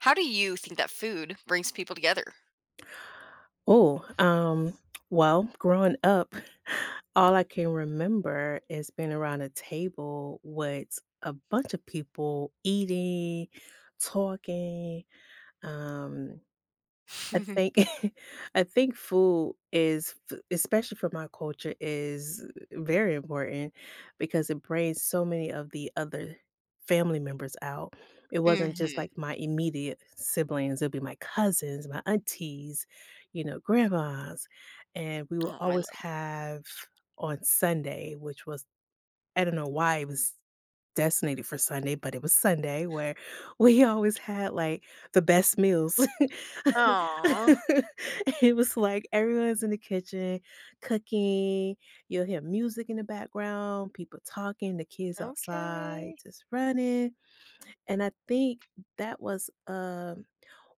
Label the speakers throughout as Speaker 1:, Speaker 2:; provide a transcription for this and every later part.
Speaker 1: How do you think that food brings people together?
Speaker 2: Oh, well, growing up, all I can remember is being around a table with a bunch of people eating, talking. Um, I think I think food is f especially for my culture, is very important because it brings so many of the other family members out. It wasn't just,
Speaker 1: Mhm.
Speaker 2: like, my immediate siblings, it'd be my cousins, my aunties, grandmas, and we will
Speaker 1: Oh, I
Speaker 2: always
Speaker 1: love.
Speaker 2: have on Sunday, which was I don't know why it was destinated for Sunday, but it was Sunday where we always had, like, the best meals.
Speaker 1: Oh,
Speaker 2: It was like everyone's in the kitchen cooking, you'll hear music in the background, people talking, the kids outside
Speaker 1: okay.
Speaker 2: just running, and I think that was,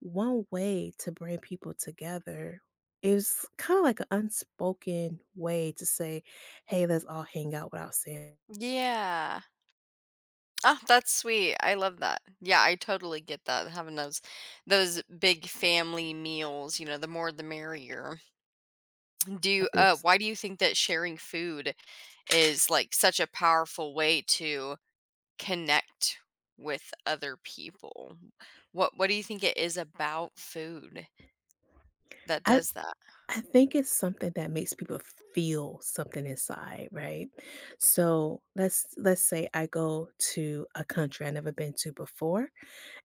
Speaker 2: one way to bring people together is kind of like an unspoken way to say, hey, let's all hang out without saying
Speaker 1: Yeah. Oh, that's sweet. I love that. Yeah, I totally get that, having those big family meals, the more the merrier. Do you
Speaker 2: up is
Speaker 1: why do you think that sharing food is, like, such a powerful way to connect with other people? What do you think it is about food that
Speaker 2: I,
Speaker 1: does that?
Speaker 2: I think it's something that makes people feel something inside, right? So let's say I go to a country I've never been to before,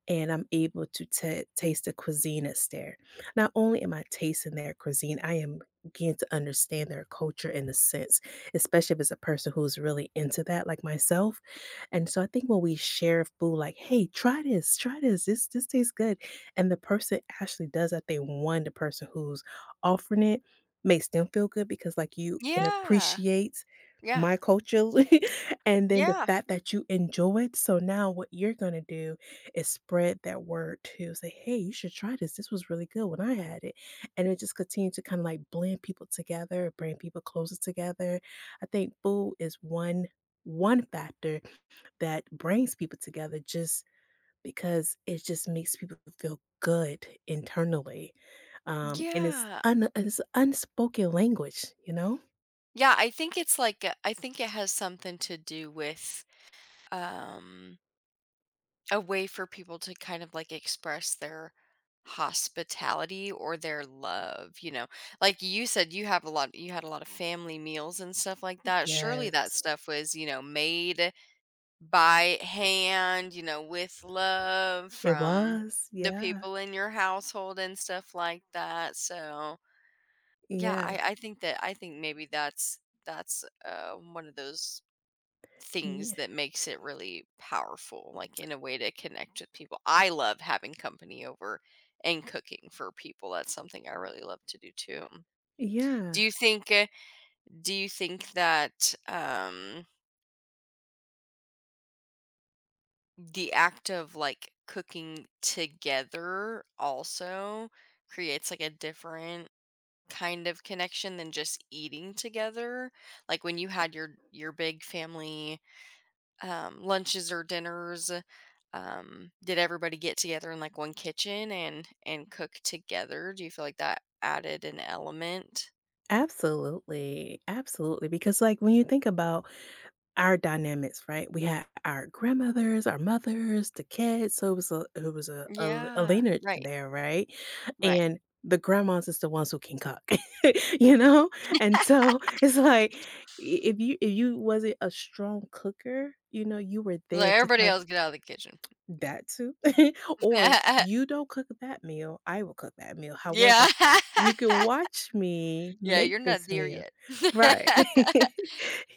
Speaker 2: and I'm able to ta taste the cuisine that's there. Not only am I tasting their cuisine, I am getting to understand their culture in a sense, especially if it's a person who's really into that, like myself. And so I think when we share food, like, "Hey, try this, this tastes good," and the person actually does, I think one, the person who's offering it makes them feel good because, like, you can
Speaker 1: Yeah.
Speaker 2: appreciate
Speaker 1: Yeah.
Speaker 2: my culture, and then the
Speaker 1: Yeah.
Speaker 2: fact that you enjoy it, so now what you're gonna do is spread that word to say, "Hey, you should try this, this was really good when I had it," and it just continues to kinda, like, blend people together, bring people closer together. I think food is one factor that brings people together just because it just makes people feel good internally, and it's
Speaker 1: Yeah.
Speaker 2: un it's unspoken language, you know?
Speaker 1: Yeah, I think it's like a I think it has something to do with, um, a way for people to kind of, like, express their hospitality or their love, Like you said, you have a lot, you had a lot of family meals and stuff like that. Surely that
Speaker 2: Yes.
Speaker 1: stuff was, you know, made by hand, you know, with love
Speaker 2: It
Speaker 1: from
Speaker 2: was,
Speaker 1: the
Speaker 2: yeah,
Speaker 1: people in your household and stuff like that, so. Yeah,
Speaker 2: yeah,
Speaker 1: I think that I think maybe that's one of those things
Speaker 2: yeah,
Speaker 1: that makes it really powerful, like in a way to connect with people. I love having company over and cooking for people. That's something I really love to do too.
Speaker 2: yeah.
Speaker 1: Do you think uh, do you think that the act of like cooking together also creates like a different kind of connection than just eating together. Like when you had your big family lunches or dinners, did everybody get together in like one kitchen and cook together? Do you feel like that added an element?
Speaker 2: Absolutely, absolutely, because, like, when you think about our dynamics, right? We had our grandmothers, our mothers, the kids, so it was a it was a a
Speaker 1: Yeah,
Speaker 2: lineage
Speaker 1: right,
Speaker 2: there, right?
Speaker 1: right.
Speaker 2: And the grandmas is the ones who can cook, you know? And so it's like I if you wasn't a strong cooker, you know, you were
Speaker 1: Like
Speaker 2: there to
Speaker 1: everybody
Speaker 2: kind
Speaker 1: else, get out of the kitchen.
Speaker 2: that too. Or,
Speaker 1: yeah,
Speaker 2: "You don't cook that meal, I will cook that meal. However, you can watch me
Speaker 1: yeah.
Speaker 2: make
Speaker 1: You're not
Speaker 2: this
Speaker 1: there
Speaker 2: meal."
Speaker 1: yet.
Speaker 2: Right.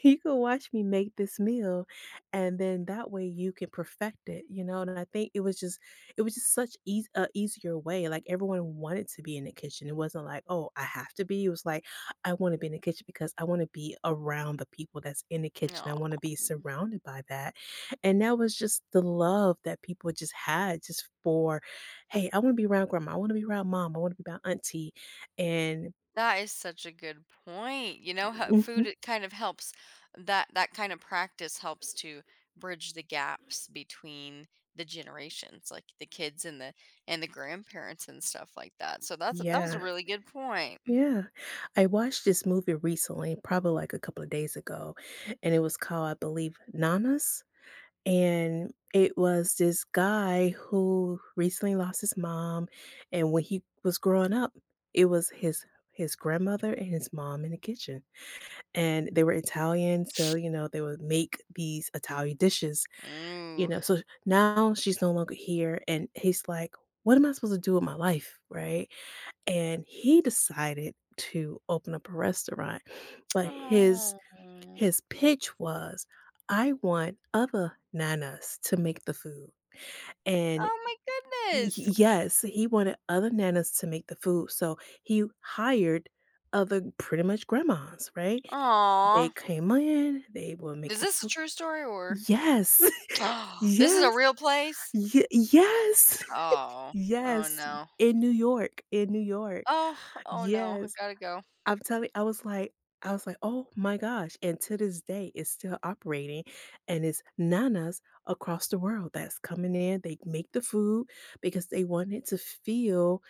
Speaker 2: You can watch me make this meal, and then that way you can perfect it, you know, and I think it was just such easy, a easier way, like, everyone wanted to be in the kitchen. It wasn't like, "Oh, I have to be." It was like, "I wanna be in the kitchen because I wanna be around the people that's in the kitchen.
Speaker 1: No.
Speaker 2: I wanna be surrounded by that." And that was just the love that people just had just for, "Hey, I wanna be around grandma, I wanna be around mom, I wanna be around auntie," and
Speaker 1: That is such a good point. You know, how food
Speaker 2: mhm.
Speaker 1: it kind of helps that that kind of practice helps to bridge the gaps between the generations, like the kids and the grandparents and stuff like that. So that's that was a
Speaker 2: Yeah,
Speaker 1: really good point.
Speaker 2: yeah. I watched this movie recently, probably, like, a couple of days ago, and it was called, I believe, Nanas, and it was this guy who recently lost his mom, and when he was growing up, it was his grandmother and his mom in the kitchen. And they were Italian, so, you know, they would make these Italian dishes, you
Speaker 1: Ooh.
Speaker 2: know, so now she's no longer here, and he's like, "What am I supposed to do with my life?" Right? And he decided to open up a restaurant, but
Speaker 1: Oh.
Speaker 2: his pitch was, "I want other nanas to make the food." And
Speaker 1: Oh my
Speaker 2: y
Speaker 1: goodness.
Speaker 2: yes, he wanted other nanas to make the food, so he hired other pretty much grandmas, right? They
Speaker 1: Aw.
Speaker 2: came in, they will make
Speaker 1: Is
Speaker 2: the
Speaker 1: this a
Speaker 2: food.
Speaker 1: true story or
Speaker 2: Yes,
Speaker 1: this is a
Speaker 2: yes,
Speaker 1: real place?
Speaker 2: ye yes,
Speaker 1: Oh. Oh
Speaker 2: yes,
Speaker 1: no.
Speaker 2: in New York,
Speaker 1: Oh, oh no. I
Speaker 2: yes.
Speaker 1: gotta go.
Speaker 2: I'm telling I was like, "Oh my gosh," and to this day, it's still operating, and it's nanas across the world that's coming in, they make the food because they wanted to feel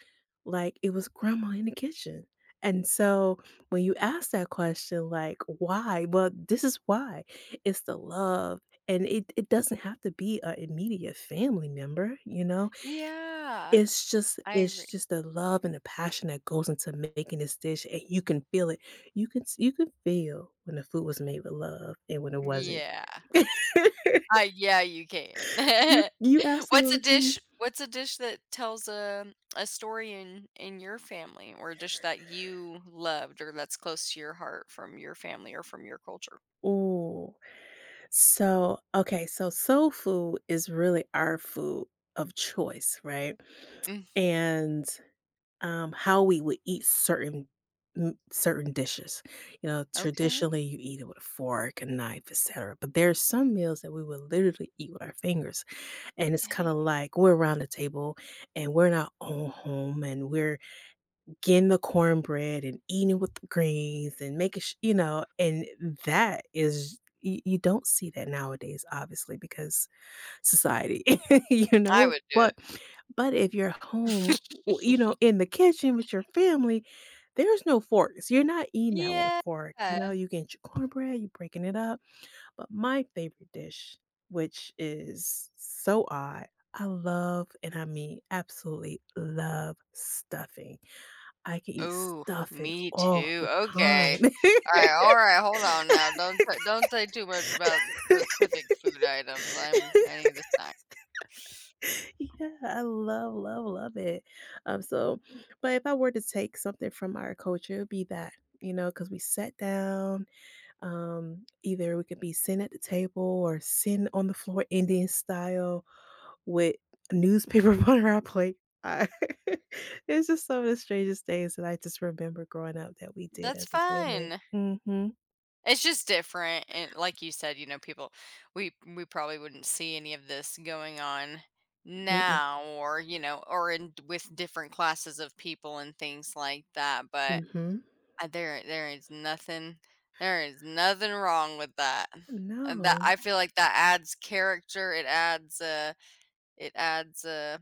Speaker 2: like, it was grandma in the kitchen. And so when you ask that question, like, why? Well, this is why. It's the love. And it doesn't have to be an immediate family member, you know?
Speaker 1: Yeah. I agree.
Speaker 2: It's just the love and the passion that goes into making this dish and you can feel it. You can you can feel when the food was made with love and when it wasn't.
Speaker 1: Yeah. Yeah, you can.
Speaker 2: You absolutely can.
Speaker 1: What's a dish that tells a story in your family or a dish that you loved or that's close to your heart from your family or from your culture?
Speaker 2: Oh. So, okay, so soul food is really our food of choice, right?
Speaker 1: Mm,
Speaker 2: And how we would eat certain certain dishes. You know,
Speaker 1: okay,
Speaker 2: traditionally you eat it with a fork, a knife, etc. But there's some meals that we will literally eat with our fingers, and it's kind
Speaker 1: okay.
Speaker 2: of like we're around the table and we're in our own home and we're getting the cornbread and eating with the greens and making sh you know, and that is you don't see that nowadays, obviously, because society, you
Speaker 1: I
Speaker 2: know,
Speaker 1: would do
Speaker 2: but if you're home, w you
Speaker 1: it.
Speaker 2: know, in the kitchen with your family, there's no forks. You're not eating that with a
Speaker 1: Yeah.
Speaker 2: fork, you know, you get your cornbread, you breaking it up, but my favorite dish, which is so odd, I love, and I mean absolutely love stuffing. I can eat
Speaker 1: Oh,
Speaker 2: stuffing
Speaker 1: me
Speaker 2: all
Speaker 1: too.
Speaker 2: the time.
Speaker 1: Okay. All right, hold on now. Don't t don't say too much about specific food items. I'm I need a snack.
Speaker 2: Yeah, I love, love, love it. So but if I were to take something from our culture, it'd be that, you know, because we sat down, either we could be sitting at the table or sitting on the floor Indian style with a newspaper on our plate. I It's just some of the strangest things that I just remember growing up that we did
Speaker 1: That's
Speaker 2: as a family.
Speaker 1: fine.
Speaker 2: Mhm.
Speaker 1: It's just different, and like you said, you know, people we probably wouldn't see any of this going on
Speaker 2: Mhm.
Speaker 1: now, or you know, or in with different classes of people and things like that. But
Speaker 2: Mhm.
Speaker 1: there there is nothing wrong with that. And that
Speaker 2: No.
Speaker 1: I feel like that adds character. It adds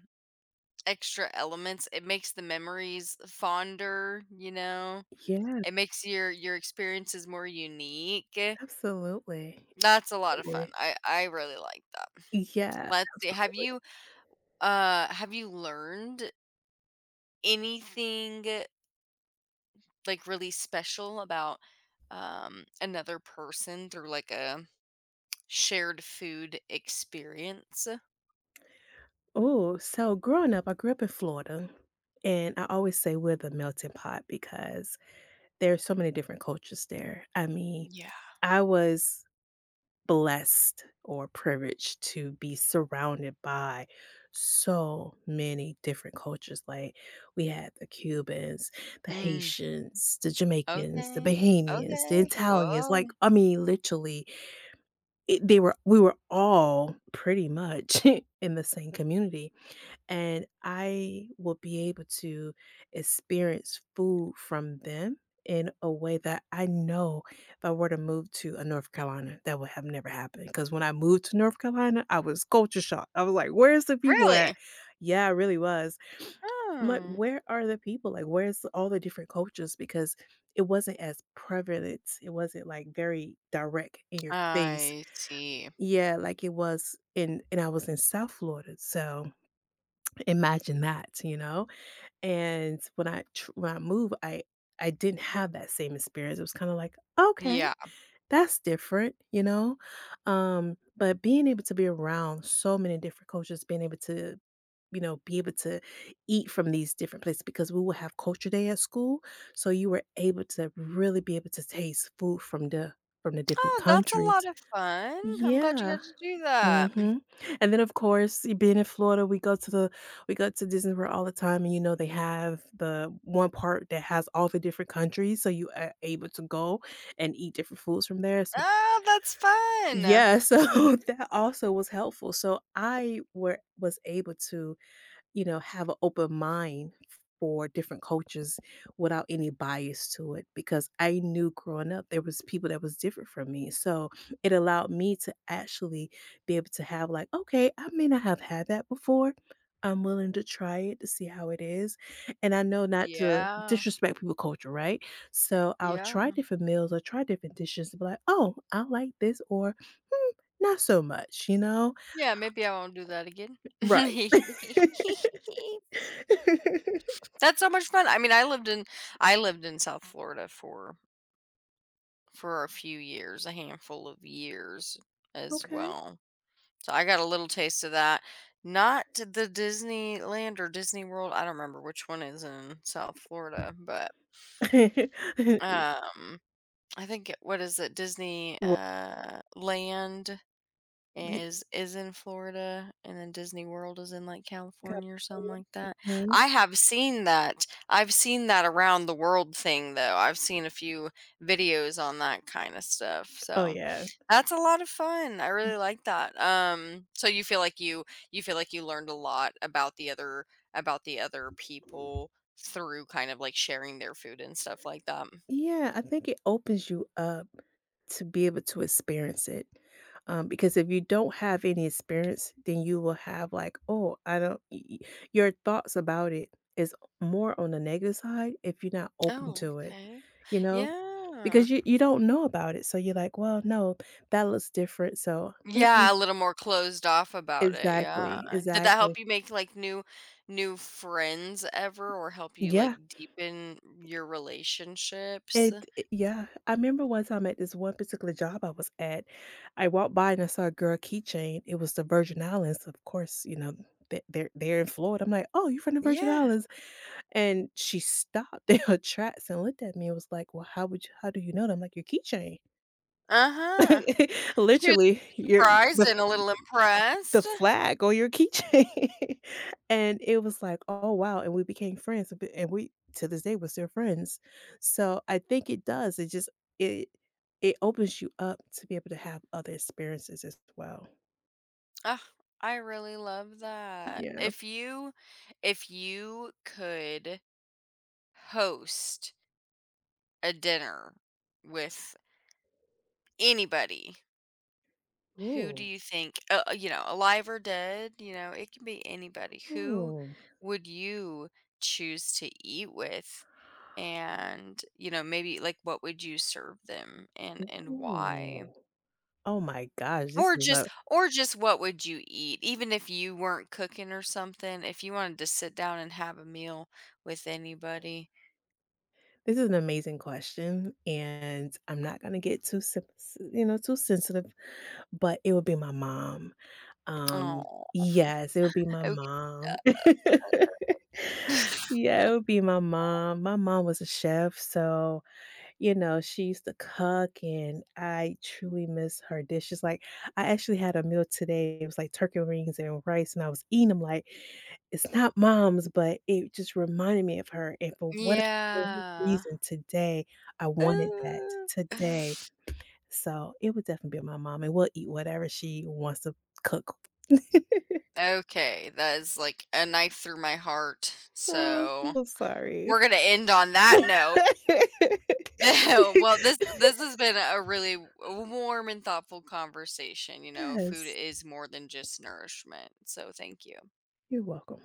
Speaker 1: extra elements. It makes the memories fonder. You know,
Speaker 2: Yeah,
Speaker 1: it makes your experiences more unique.
Speaker 2: absolutely.
Speaker 1: That's a lot of fun.
Speaker 2: Absolutely.
Speaker 1: I really like that.
Speaker 2: Yeah,
Speaker 1: Let's see.
Speaker 2: absolutely.
Speaker 1: Have you learned anything like really special about another person through like a shared food experience?
Speaker 2: Oh, so growing up, I grew up in Florida, and I always say we're the melting pot because there's so many different cultures there. I mean,
Speaker 1: Yeah.
Speaker 2: I was blessed or privileged to be surrounded by so many different cultures. Like we had the Cubans, the
Speaker 1: Mm,
Speaker 2: Haitians, the Jamaicans, the
Speaker 1: okay.
Speaker 2: Bahamians, the
Speaker 1: Okay.
Speaker 2: Italians,
Speaker 1: Whoa.
Speaker 2: like I mean literally It they were we were all pretty much in the same community, and I will be able to experience food from them in a way that I know if I were to move to, a North Carolina, that would have never happened. Because when I moved to North Carolina, I was culture shocked. I was like, "Where's the people
Speaker 1: Really?
Speaker 2: at?" Yeah, I really was. I'm like,
Speaker 1: Hmm.
Speaker 2: "Where are the people? Like, where's all the different cultures?" Because it wasn't as prevalent. It wasn't, like, very direct in your face.
Speaker 1: I see.
Speaker 2: Yeah, like it was in and I was in South Florida, so imagine that, you know? And when I tr when I moved, I didn't have that same experience, it was kinda like, "Okay,
Speaker 1: Yeah.
Speaker 2: that's different," you know? But being able to be around so many different cultures, being able to, you know, be able to eat from these different places because we would have culture day at school, so you were able to really be able to taste food from the different
Speaker 1: Oh, that's a lot
Speaker 2: countries.
Speaker 1: of fun. I'm glad you
Speaker 2: Yeah.
Speaker 1: got to do that.
Speaker 2: Mhm. And then, of course, y being in Florida, we go to the we go to Disney World all the time, and, you know, they have the one part that has all the different countries, so you are able to go and eat different foods from there, so
Speaker 1: Oh, that's fun.
Speaker 2: yeah, so that also was helpful, so I were was able to you know, have an open mind for different cultures without any bias to it because I knew growing up there was people that was different from me. So it allowed me to actually be able to have like, okay, I may not have had that before. I'm willing to try it to see how it is. And I know not to
Speaker 1: Yeah.
Speaker 2: disrespect people culture, right? So I'll
Speaker 1: Yeah.
Speaker 2: try different meals or try different dishes to be like, oh, I like this or hmm, not so much, you know?
Speaker 1: Yeah, maybe I won't do that again.
Speaker 2: Right.
Speaker 1: That's so much fun. I mean, I lived in South Florida for a few years, a handful of years as
Speaker 2: Okay.
Speaker 1: well. So I got a little taste of that. Not the Disneyland or Disney World. I don't remember which one is in South Florida, but um I think what is it? Disney
Speaker 2: World
Speaker 1: land
Speaker 2: lead
Speaker 1: is in Florida, and then Disney World is in, like, California or something like that.
Speaker 2: mhm.
Speaker 1: I have seen that. I've seen that around the world thing, though. I've seen a few videos on that kinda stuff,
Speaker 2: Oh,
Speaker 1: so
Speaker 2: yeah.
Speaker 1: that's a lot of fun. I really like that. So you feel like you feel like you learned a lot about the other people through kind of, like, sharing their food and stuff like that.
Speaker 2: Yeah, I think it opens you up to be able to experience it, because if you don't have any experience, then you will have like, "Oh, I don't" y y your thoughts about it is more on the negative side if you're not open
Speaker 1: Oh,
Speaker 2: to it,
Speaker 1: okay.
Speaker 2: you know?
Speaker 1: Yeah.
Speaker 2: Because you don't know about it, so you're like, "Well, no, that looks different, so,
Speaker 1: Yeah, a
Speaker 2: mm-mm."
Speaker 1: little more closed off about it, yeah.
Speaker 2: Exactly,
Speaker 1: Did that help
Speaker 2: exactly.
Speaker 1: you make, like, new new friends ever or help you, like,
Speaker 2: Yeah.
Speaker 1: deepen your relationships?
Speaker 2: It yeah. I remember one time at this one particular job I was at, I walked by and I saw a girl keychain. It was the Virgin Islands, of course, you know, th they're in Florida. I'm like, "Oh, you from the Virgin
Speaker 1: Yeah.
Speaker 2: Islands?" And she stopped in her tracks and looked at me and was like, "Well, how do you know that?" I'm like, "Your keychain."
Speaker 1: Uh-huh. She was
Speaker 2: Literally, your
Speaker 1: surprised
Speaker 2: the
Speaker 1: and a little
Speaker 2: the
Speaker 1: impressed.
Speaker 2: flag on your keychain, and it was like, "Oh, wow," and we became friends, and b and we to this day, we're still friends. So, I think it does, it just it it opens you up to be able to have other experiences as well.
Speaker 1: Ugh, I really love that.
Speaker 2: Yeah.
Speaker 1: If you could host a dinner with anybody. Who do
Speaker 2: Ooh,
Speaker 1: you think, you know, alive or dead, you know, it can be anybody. Who
Speaker 2: ooh,
Speaker 1: would you choose to eat with? And, you know, maybe like what would you serve them and why?
Speaker 2: ooh. Oh my gosh,
Speaker 1: Or just what would you eat? Even if you weren't cooking or something, if you wanted to sit down and have a meal with anybody.
Speaker 2: this is an amazing question, and I'm not gonna get too sen s you know, too sensitive, but it would be my mom. Um,
Speaker 1: Oh,
Speaker 2: yes, it would be my
Speaker 1: okay.
Speaker 2: mom. Yeah, it would be my mom. My mom was a chef, so, you know, she used to cook, and I truly miss her dishes, like, I actually had a meal today, it was, like, turkey rings and rice, and I was eating them. Like, "It's not mom's," but it just reminded me of her, and for what
Speaker 1: Yeah.
Speaker 2: reason today, I wanted that
Speaker 1: Uh,
Speaker 2: today. So, it would definitely be my mom, and we'll eat whatever she wants to cook.
Speaker 1: okay, that is like a knife through my heart.
Speaker 2: Oh,
Speaker 1: So,
Speaker 2: I'm so sorry.
Speaker 1: we're gonna end on that note. Well, this has been a really warm and thoughtful conversation. You know, food
Speaker 2: Yes,
Speaker 1: is more than just nourishment. So, thank you.
Speaker 2: you're welcome.